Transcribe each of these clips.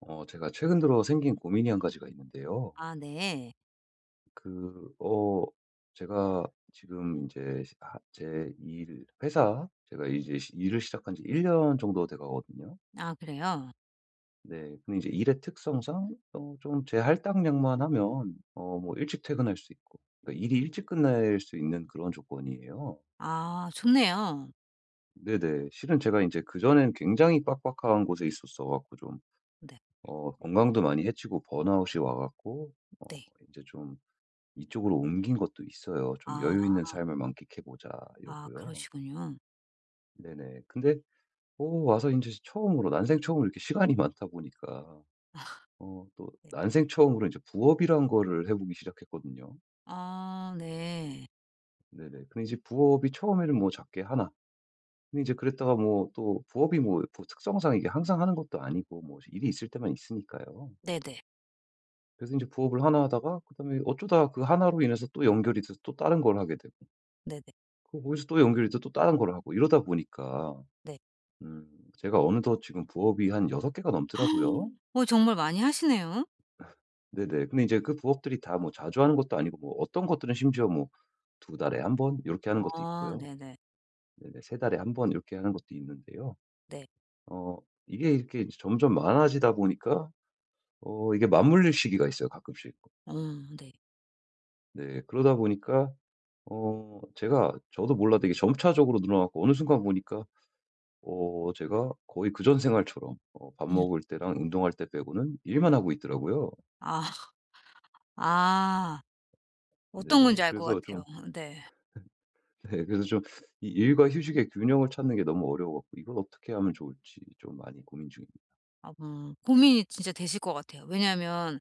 제가 최근 들어 생긴 고민이 한 가지가 있는데요. 아 네. 그, 어, 제가 지금 이제 제 일, 회사, 제가 이제 일을 시작한 지 1년 정도 돼 가거든요. 아 그래요? 네. 근데 이제 일의 특성상, 좀 제 할당량만 하면, 뭐 일찍 퇴근할 수 있고, 그러니까 일이 일찍 끝날 수 있는 그런 조건이에요. 아 좋네요. 네네. 실은 제가 이제 그전엔 굉장히 빡빡한 곳에 있었어 갖고 좀, 네. 건강도 많이 해치고 번아웃이 와갖고, 어, 네. 이제 좀 이쪽으로 옮긴 것도 있어요. 좀 '여유 아 있는 삶을 만끽해 보자.' 아 이러고요. 그러시군요. 네네. 근데 오 와서 이제 처음으로 난생 처음으로 이렇게 시간이 많다 보니까 아 또 네. 난생 처음으로 이제 부업이란 거를 해 보기 시작했거든요. 아 네. 네네. 근데 이제 부업이 처음에는 뭐 작게 하나. 근데 이제 그랬다가 뭐 또 부업이 뭐 특성상 이게 항상 하는 것도 아니고 뭐 일이 있을 때만 있으니까요. 네네. 그래서 이제 부업을 하나 하다가 그다음에 어쩌다 그 하나로 인해서 또 연결이 돼서 또 다른 걸 하게 되고 네네. 그 거기서 또 연결이 돼서 또 다른 걸 하고 이러다 보니까 네. 음. 제가 어느덧 지금 부업이 한 6 개가 넘더라고요. 어 정말 많이 하시네요. 네네. 근데 이제 그 부업들이 다 뭐 자주 하는 것도 아니고 뭐 어떤 것들은 심지어 뭐 두 달에 한 번 이렇게 하는 것도 아 있고요. 네네. 네네. 세 달에 한 번 이렇게 하는 것도 있는데요. 네. 어 이게 이렇게 이제 점점 많아지다 보니까 이게 맞물릴 시기가 있어요 가끔씩. 어 네. 네. 그러다 보니까 제가 저도 몰라 되게 점차적으로 늘어나 고 어느 순간 보니까 제가 거의 그전 생활처럼 밥 음. 먹을 때랑 운동할 때 빼고는 일만 하고 있더라고요. 아. 아 어떤 네네. 건지 알 것 그래서 같아요. 좀 네. 네 그래서 좀 이 일과 휴식의 균형을 찾는 게 너무 어려워 갖고 이걸 어떻게 하면 좋을지 좀 많이 고민 중입니다. 아 고민이 진짜 되실 것 같아요. 왜냐하면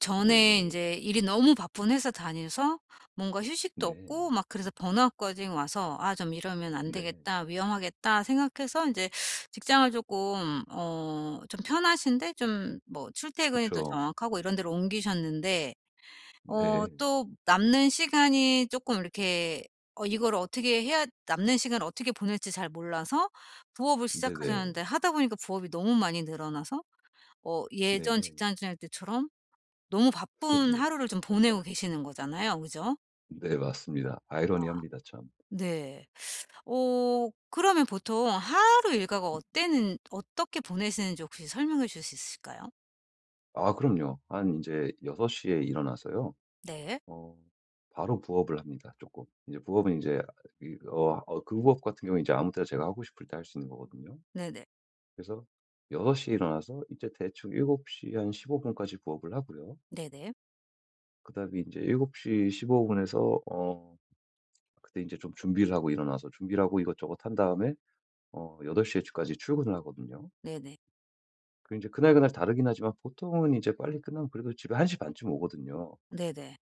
전에 네. 인제 일이 너무 바쁜 회사 다녀서 뭔가 휴식도 네. 없고 막 그래서 번아웃까지 와서 '아 좀 이러면 안 네. 되겠다. 위험하겠다.' 생각해서 인제 직장을 쪼끔 어 좀 편하신데 좀 뭐 출퇴근이 또 그쵸. 정확하고 이런 데로 옮기셨는데 어 네. 또 남는 시간이 쪼끔 이렇게 어 이거를 어떻게 해야 남는 시간을 어떻게 보낼지 잘 몰라서 부업을 네네. 시작하셨는데 하다 보니까 부업이 너무 많이 늘어나서 어 예전 네. 직장 다닐 때처럼 너무 바쁜 네네. 하루를 좀 보내고 계시는 거잖아요. 그죠? 네 맞습니다. 아이러니합니다 참. 네. 어 그러면 보통 하루 일과가 어때는 어떻게 보내시는지 혹시 설명해 주실 수 있을까요? 아 그럼요. 한 이제6시에 일어나서요. 네. 어 바로 부업을 합니다 조금 이제 부업은 이제 이 어 어 그 부업 같은 경우에 이제 아무 때나 제가 하고 싶을 때 할 수 있는 거거든요. 네네. 그래서 6시에 일어나서 이제 대충 7시 한 15분까지 부업을 하고요. 네네. 그다음에 이제7시 15분에서 그때 이제 좀 준비를 하고 일어나서 준비를 하고 이것저것 한 다음에 8시 까지 출근을 하거든요. 네네. 그 이제 그날그날 다르긴 하지만 보통은 이제 빨리 끝나면 그래도 집에 1시 반쯤 오거든요. 네네.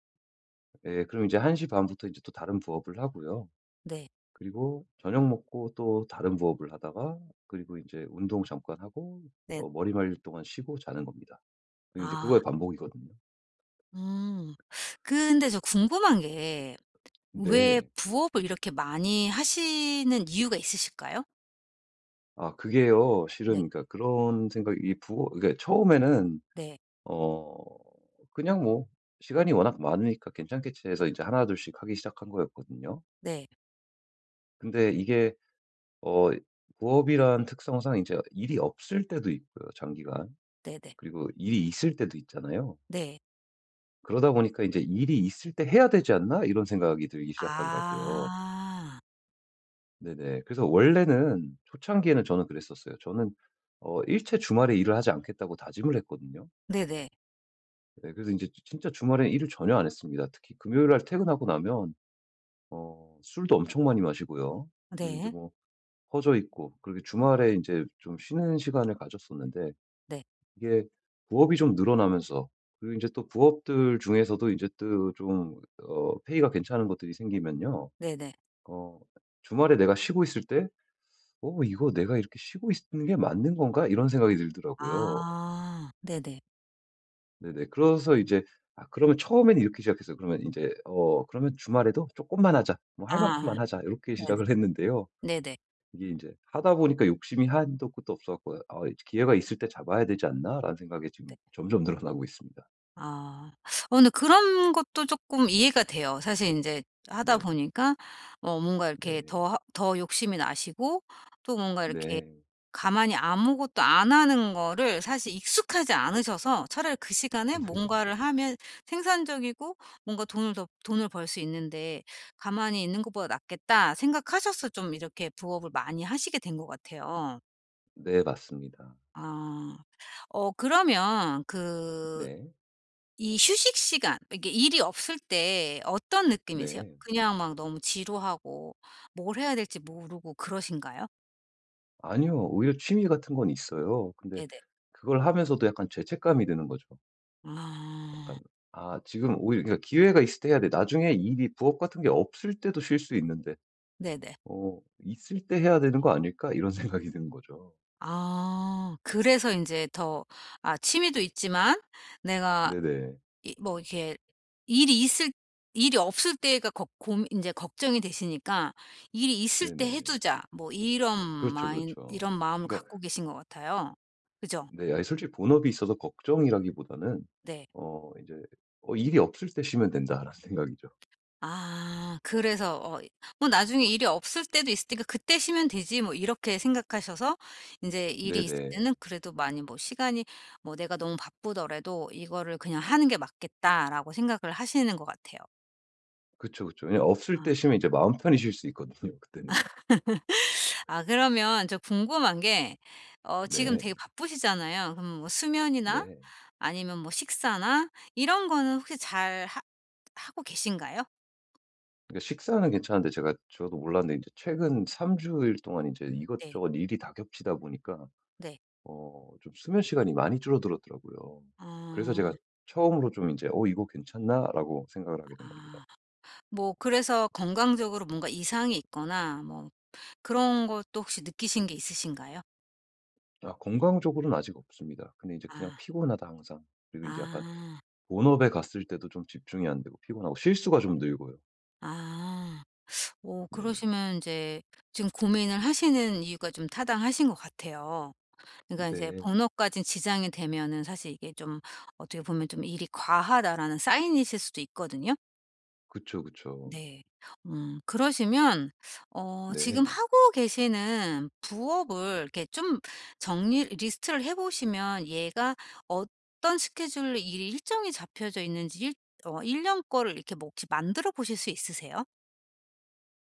예. 그럼 이제 1시 반부터 이제 또 다른 부업을 하고요. 네. 그리고 저녁 먹고 또 다른 부업을 하다가 그리고 이제 운동 잠깐 하고 네. 머리 말릴 동안 쉬고 자는 겁니다. 그게 제 아. 그거의 반복이거든요. 음. 근데 저 궁금한 게 왜 네. 부업을 이렇게 많이 하시는 이유가 있으실까요? 아 그게요. 실은 네. 그러니까 그런 생각이 이 부어 그러니까 처음에는 네. 어 그냥 뭐 '시간이 워낙 많으니까 괜찮겠지.' 해서 이제 하나둘씩 하기 시작한 거였거든요. 네. 근데 이게 어 부업이란 특성상 이제 일이 없을 때도 있고요, 장기간. 네네. 그리고 일이 있을 때도 있잖아요. 네. 그러다 보니까 이제 '일이 있을 때 해야 되지 않나?' 이런 생각이 들기 시작하더라고요. 아. 네네. 그래서 원래는 초창기에는 저는 그랬었어요. 저는 일체 주말에 일을 하지 않겠다고 다짐을 했거든요. 네네. 네 그래서 이제 진짜 주말에 일을 전혀 안 했습니다. 특히 금요일 날 퇴근하고 나면 술도 엄청 많이 마시고요. 그리고 이제 네. 뭐 퍼져 있고 그렇게 주말에 이제 좀 쉬는 시간을 가졌었는데 네. 이게 부업이 좀 늘어나면서 그리고 이제 또 부업들 중에서도 이제 또 좀 페이가 괜찮은 것들이 생기면요. 네네. 어 주말에 내가 쉬고 있을 때 '어 이거 내가 이렇게 쉬고 있는 게 맞는 건가?' 이런 생각이 들더라고요. 아. 네네. 네네. 그래서 이제 아 그러면 처음에는 이렇게 시작했어요. 그러면 이제 '그러면 주말에도 조금만 하자. 뭐 할 아 만큼만 하자.' 이렇게 네네. 시작을 했는데요. 네네. 이게 이제 하다 보니까 욕심이 한도 끝도 없어 갖고 '아 기회가 있을 때 잡아야 되지 않나.'라는 생각이 지금 네. 점점 늘어나고 있습니다. 아. 어 근데 그런 것도 쪼끔 이해가 돼요. 사실 인제 하다 네. 보니까 어 뭔가 이렇게 네. 더 하 더 욕심이 나시고 또 뭔가 이렇게 네. 가만히 아무것도 안 하는 거를 사실 익숙하지 않으셔서 차라리 그 시간에 네네. 뭔가를 하면 생산적이고 뭔가 돈을 더 돈을 벌 수 있는데 '가만히 있는 것보다 낫겠다.' 생각하셔서 좀 이렇게 부업을 많이 하시게 된 것 같아요. 네 맞습니다. 아. 어 그러면 그 네. 이 휴식 시간 이게 일이 없을 때 어떤 느낌이세요? 네. 그냥 막 너무 지루하고 뭘 해야 될지 모르고 그러신가요? 아니요. 오히려 취미 같은 건 있어요. 근데 네네. 그걸 하면서도 약간 죄책감이 드는 거죠. 약간 아. 아 지금 오히려 그러니까 기회가 있을 때 해야 돼. 나중에 일이 부업 같은 게 없을 때도 쉴 수 있는데 네네. '있을 때 해야 되는 거 아닐까?' 이런 생각이 드는 거죠. 아. 그래서 이제 더 아 취미도 있지만 내가 네네. 이 뭐 이렇게 일이 있을 일이 없을 때가 걱 고민 인제 걱정이 되시니까 '일이 있을 때 해 네네. 두자.' 뭐 이런 그렇죠, 마인 그렇죠. 이런 마음을 그러니까 갖고 계신 것 같아요. 그죠? 네 아니 솔직히 본업이 있어서 걱정이라기보다는 네. 이제 '일이 없을 때 쉬면 된다.'라는 생각이죠. 아 그래서 어 '뭐 나중에 일이 없을 때도 있을 테니까 그때 쉬면 되지.' 뭐 이렇게 생각하셔서 인제 일이 있을 네네. 때는 그래도 많이 뭐 시간이 뭐 '내가 너무 바쁘더라도 이거를 그냥 하는 게 맞겠다.'라고 생각을 하시는 것 같아요. 그쵸, 그쵸. 왜냐 없을 아. 때 쉬면 이제 마음 편히 쉴 수 있거든요 그때는. 아 그러면 저 궁금한 게 어 지금 네. 되게 바쁘시잖아요. 그럼 뭐 수면이나 네. 아니면 뭐 식사나 이런 거는 혹시 잘 하 하고 계신가요? 그러니까 식사는 괜찮은데 제가 저도 몰랐는데 이제 최근 3 주일 동안 이제 네. 이것저것 일이 다 겹치다 보니까 네. 좀 수면 시간이 많이 줄어들었더라고요. 그래서 제가 어. 처음으로 좀 이제 '어 이거 괜찮나?'라고 생각을 하게 된 겁니다. 아. 뭐 그래서 건강적으로 뭔가 이상이 있거나 뭐 그런 것도 혹시 느끼신 게 있으신가요? 아 건강적으로는 아직 없습니다. 근데 이제 그냥 아. 피곤하다 항상. 그리고 이제 약간 아. 본업에 갔을 때도 좀 집중이 안 되고 피곤하고 실수가 좀 늘고요. 아. 오 네네. 그러시면 이제 지금 고민을 하시는 이유가 좀 타당하신 것 같아요. 그러니까 이제 네. 번호까지 지장이 되면은 사실 이게 좀 어떻게 보면 좀 '일이 과하다.'라는 사인이실 수도 있거든요. 그쵸, 그쵸. 네. 그러시면 어 네. 지금 하고 계시는 부업을 이렇게 좀 정리 리스트를 해 보시면 얘가 어떤 스케줄로 일이 일정이 잡혀져 있는지 일 어 1 년 거를 이렇게 뭐 혹시 만들어 보실 수 있으세요?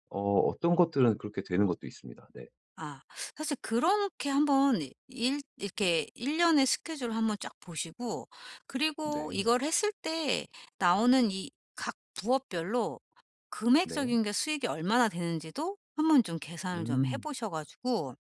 어떤 것들은 그렇게 되는 것도 있습니다. 네. 아 사실 그렇게 한번 일 이렇게 1 년의 스케줄 한번 쫙 보시고 그리고 네. 이걸 했을 때 나오는 이 각 부업별로 네. 금액적인 게 수익이 얼마나 되는지도 한번 좀 계산을 좀 해 음. 보셔 가지고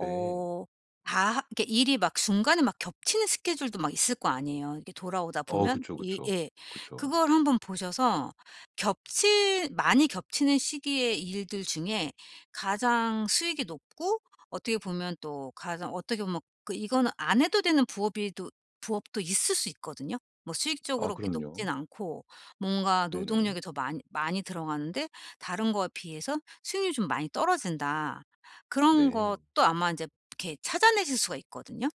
네. 다 이게 일이 막 중간에 막 겹치는 스케줄도 막 있을 거 아니에요? 이렇게 돌아오다 보면 그쵸, 이 그쵸. 예. 그쵸. 그걸 한번 보셔서 겹치 많이 겹치는 시기의 일들 중에 가장 수익이 높고 어떻게 보면 또 가장 어떻게 보면 그 이거는 안 해도 되는 부업이 도 부업도 있을 수 있거든요. 뭐 아 수익적으로 그렇게 그럼요. 높진 않고 뭔가 네네. 노동력이 더 많이 들어가는데 다른 거에 비해서 수익률이 좀 많이 떨어진다. 그런 네. 것도 아마 인제 이렇게 찾아내실 수가 있거든요.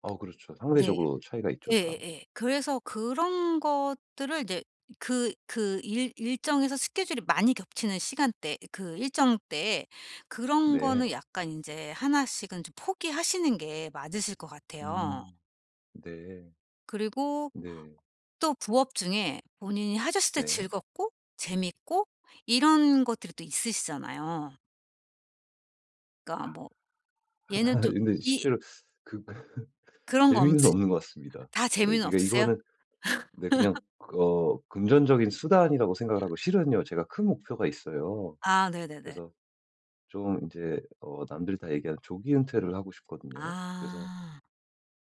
그렇죠. 네. 상대적으로 차이가 있죠 다. 예예예. 그래서 그런 것들을 이제 그 일 일정에서 스케줄이 많이 겹치는 시간대 그 일정 때에 그런 네. 거는 약간 인제 하나씩은 좀 포기하시는 게 맞으실 것 같아요. 음. 네. 그리고 네. 또 부업 중에 본인이 하셨을 때 네. 즐겁고 재밌고 이런 것들이 또 있으시잖아요. 그러니까 뭐 얘는 아, 좀 근데 이 실제로 그 그런 거 없으 재미는 없는 것 같습니다. 다 네. 재미는 그러니까 없으세요? 이거는 네 그냥 금전적인 수단이라고 생각을 하고 실은요 제가 큰 목표가 있어요. 아 네네네. 그래서 좀 이제 남들이 다 얘기하는 조기 은퇴를 하고 싶거든요. 그래서 아.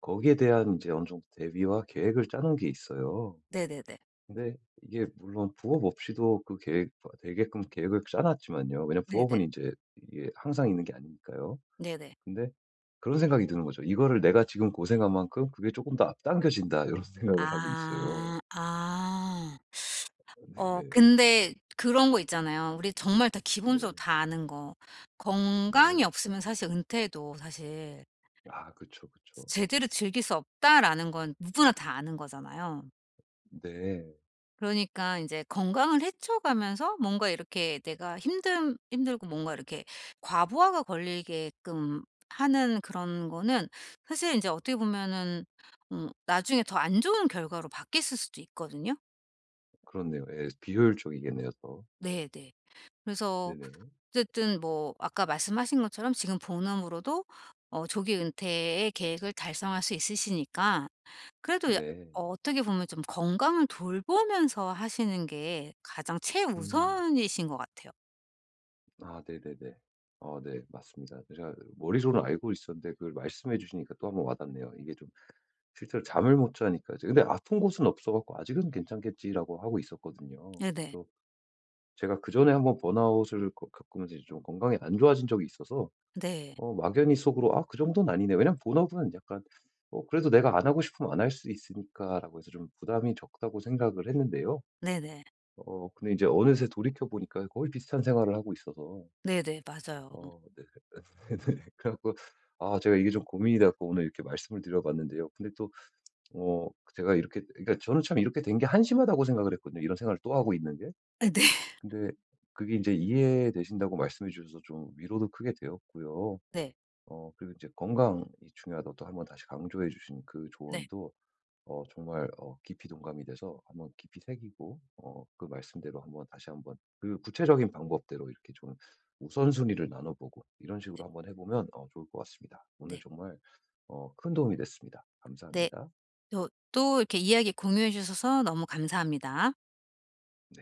거기에 대한 이제 어느 정도 대비와 계획을 짜는 게 있어요. 네네네. 근데 이게 물론 부업 없이도 그 계획 되게끔 계획을 짜놨지만요. 왜냐면 네네. 부업은 이제 이게 항상 있는 게 아니니까요. 네네. 근데 그런 생각이 드는 거죠. '이거를 내가 지금 고생한 만큼 그게 조금 더 앞당겨진다.' 이런 생각을 하고 있어요. 아. 아. 어 네네네. 근데 그런 거 있잖아요. 우리 정말 다 네. 기본적으로 다 아는 거. "건강이 네. 없으면 사실 은퇴도 사실 아 그쵸, 그쵸. 제대로 즐길 수 없다."라는 건 누구나 다 아는 거잖아요. 네. 그러니까 이제 건강을 해쳐가면서 뭔가 이렇게 내가 힘듦 힘들고 뭔가 이렇게 과부하가 걸리게끔 하는 그런 거는 사실 이제 어떻게 보면은 나중에 더 안 좋은 결과로 바뀌었을 수도 있거든요. 그렇네요. 예. 비효율적이겠네요 또. 네네. 그래서 네네. 어쨌든 뭐 아까 말씀하신 것처럼 지금 본업으로도 어 조기 은퇴의 계획을 달성할 수 있으시니까 그래도 야 네. 어, 어떻게 보면 좀 건강을 돌보면서 하시는 게 가장 음. 최우선이신 것 같아요. 아 네네네. 네. 맞습니다. 제가 머리로는 알고 있었는데 그걸 말씀해 주시니까 또 한번 와 닿네요. 이게 좀 실제로 잠을 못 자니까 이제 근데 아픈 곳은 없어 갖고 '아직은 괜찮겠지.'라고 하고 있었거든요. 네네. 또 제가 그전에 한번 번아웃을 겪 겪으면서 이제 좀 건강이 안 좋아진 적이 있어서 네. 막연히 속으로 '아 그 정도는 아니네.' 왜냐면 번업은 약간 그래도 '내가 안 하고 싶으면 안할 수 있으니까.'라고 해서 좀 부담이 적다고 생각을 했는데요. 네네. 근데 이제 어느새 돌이켜 보니까 거의 비슷한 생활을 하고 있어서 네네. 맞아요. 네. 그래 갖고 아 제가 이게 좀 고민이 다고 오늘 이렇게 말씀을 드려 봤는데요. 근데 또 어 제가 이렇게 그러니까 저는 참 이렇게 된 게 한심하다고 생각을 했거든요, 이런 생각을 또 하고 있는 게. 근데 그게 이제 이해되신다고 말씀해 주셔서 좀 위로도 크게 되었고요. 예 네. 네. 그리고 이제 "건강이 중요하다."고 또 한번 다시 강조해 주신 그 네. 조언도 정말 깊이 동감이 돼서 한번 깊이 새기고 그 말씀대로 한번 다시 한번 그 구체적인 방법대로 이렇게 좀 우선순위를 나눠 보고 이런 식으로 한번 해 보면 좋을 것 같습니다. 오늘 네. 정말 큰 도움이 됐습니다. 네. 감사합니다. 또 또 이렇게 이야기 공유해 주셔서 너무 감사합니다.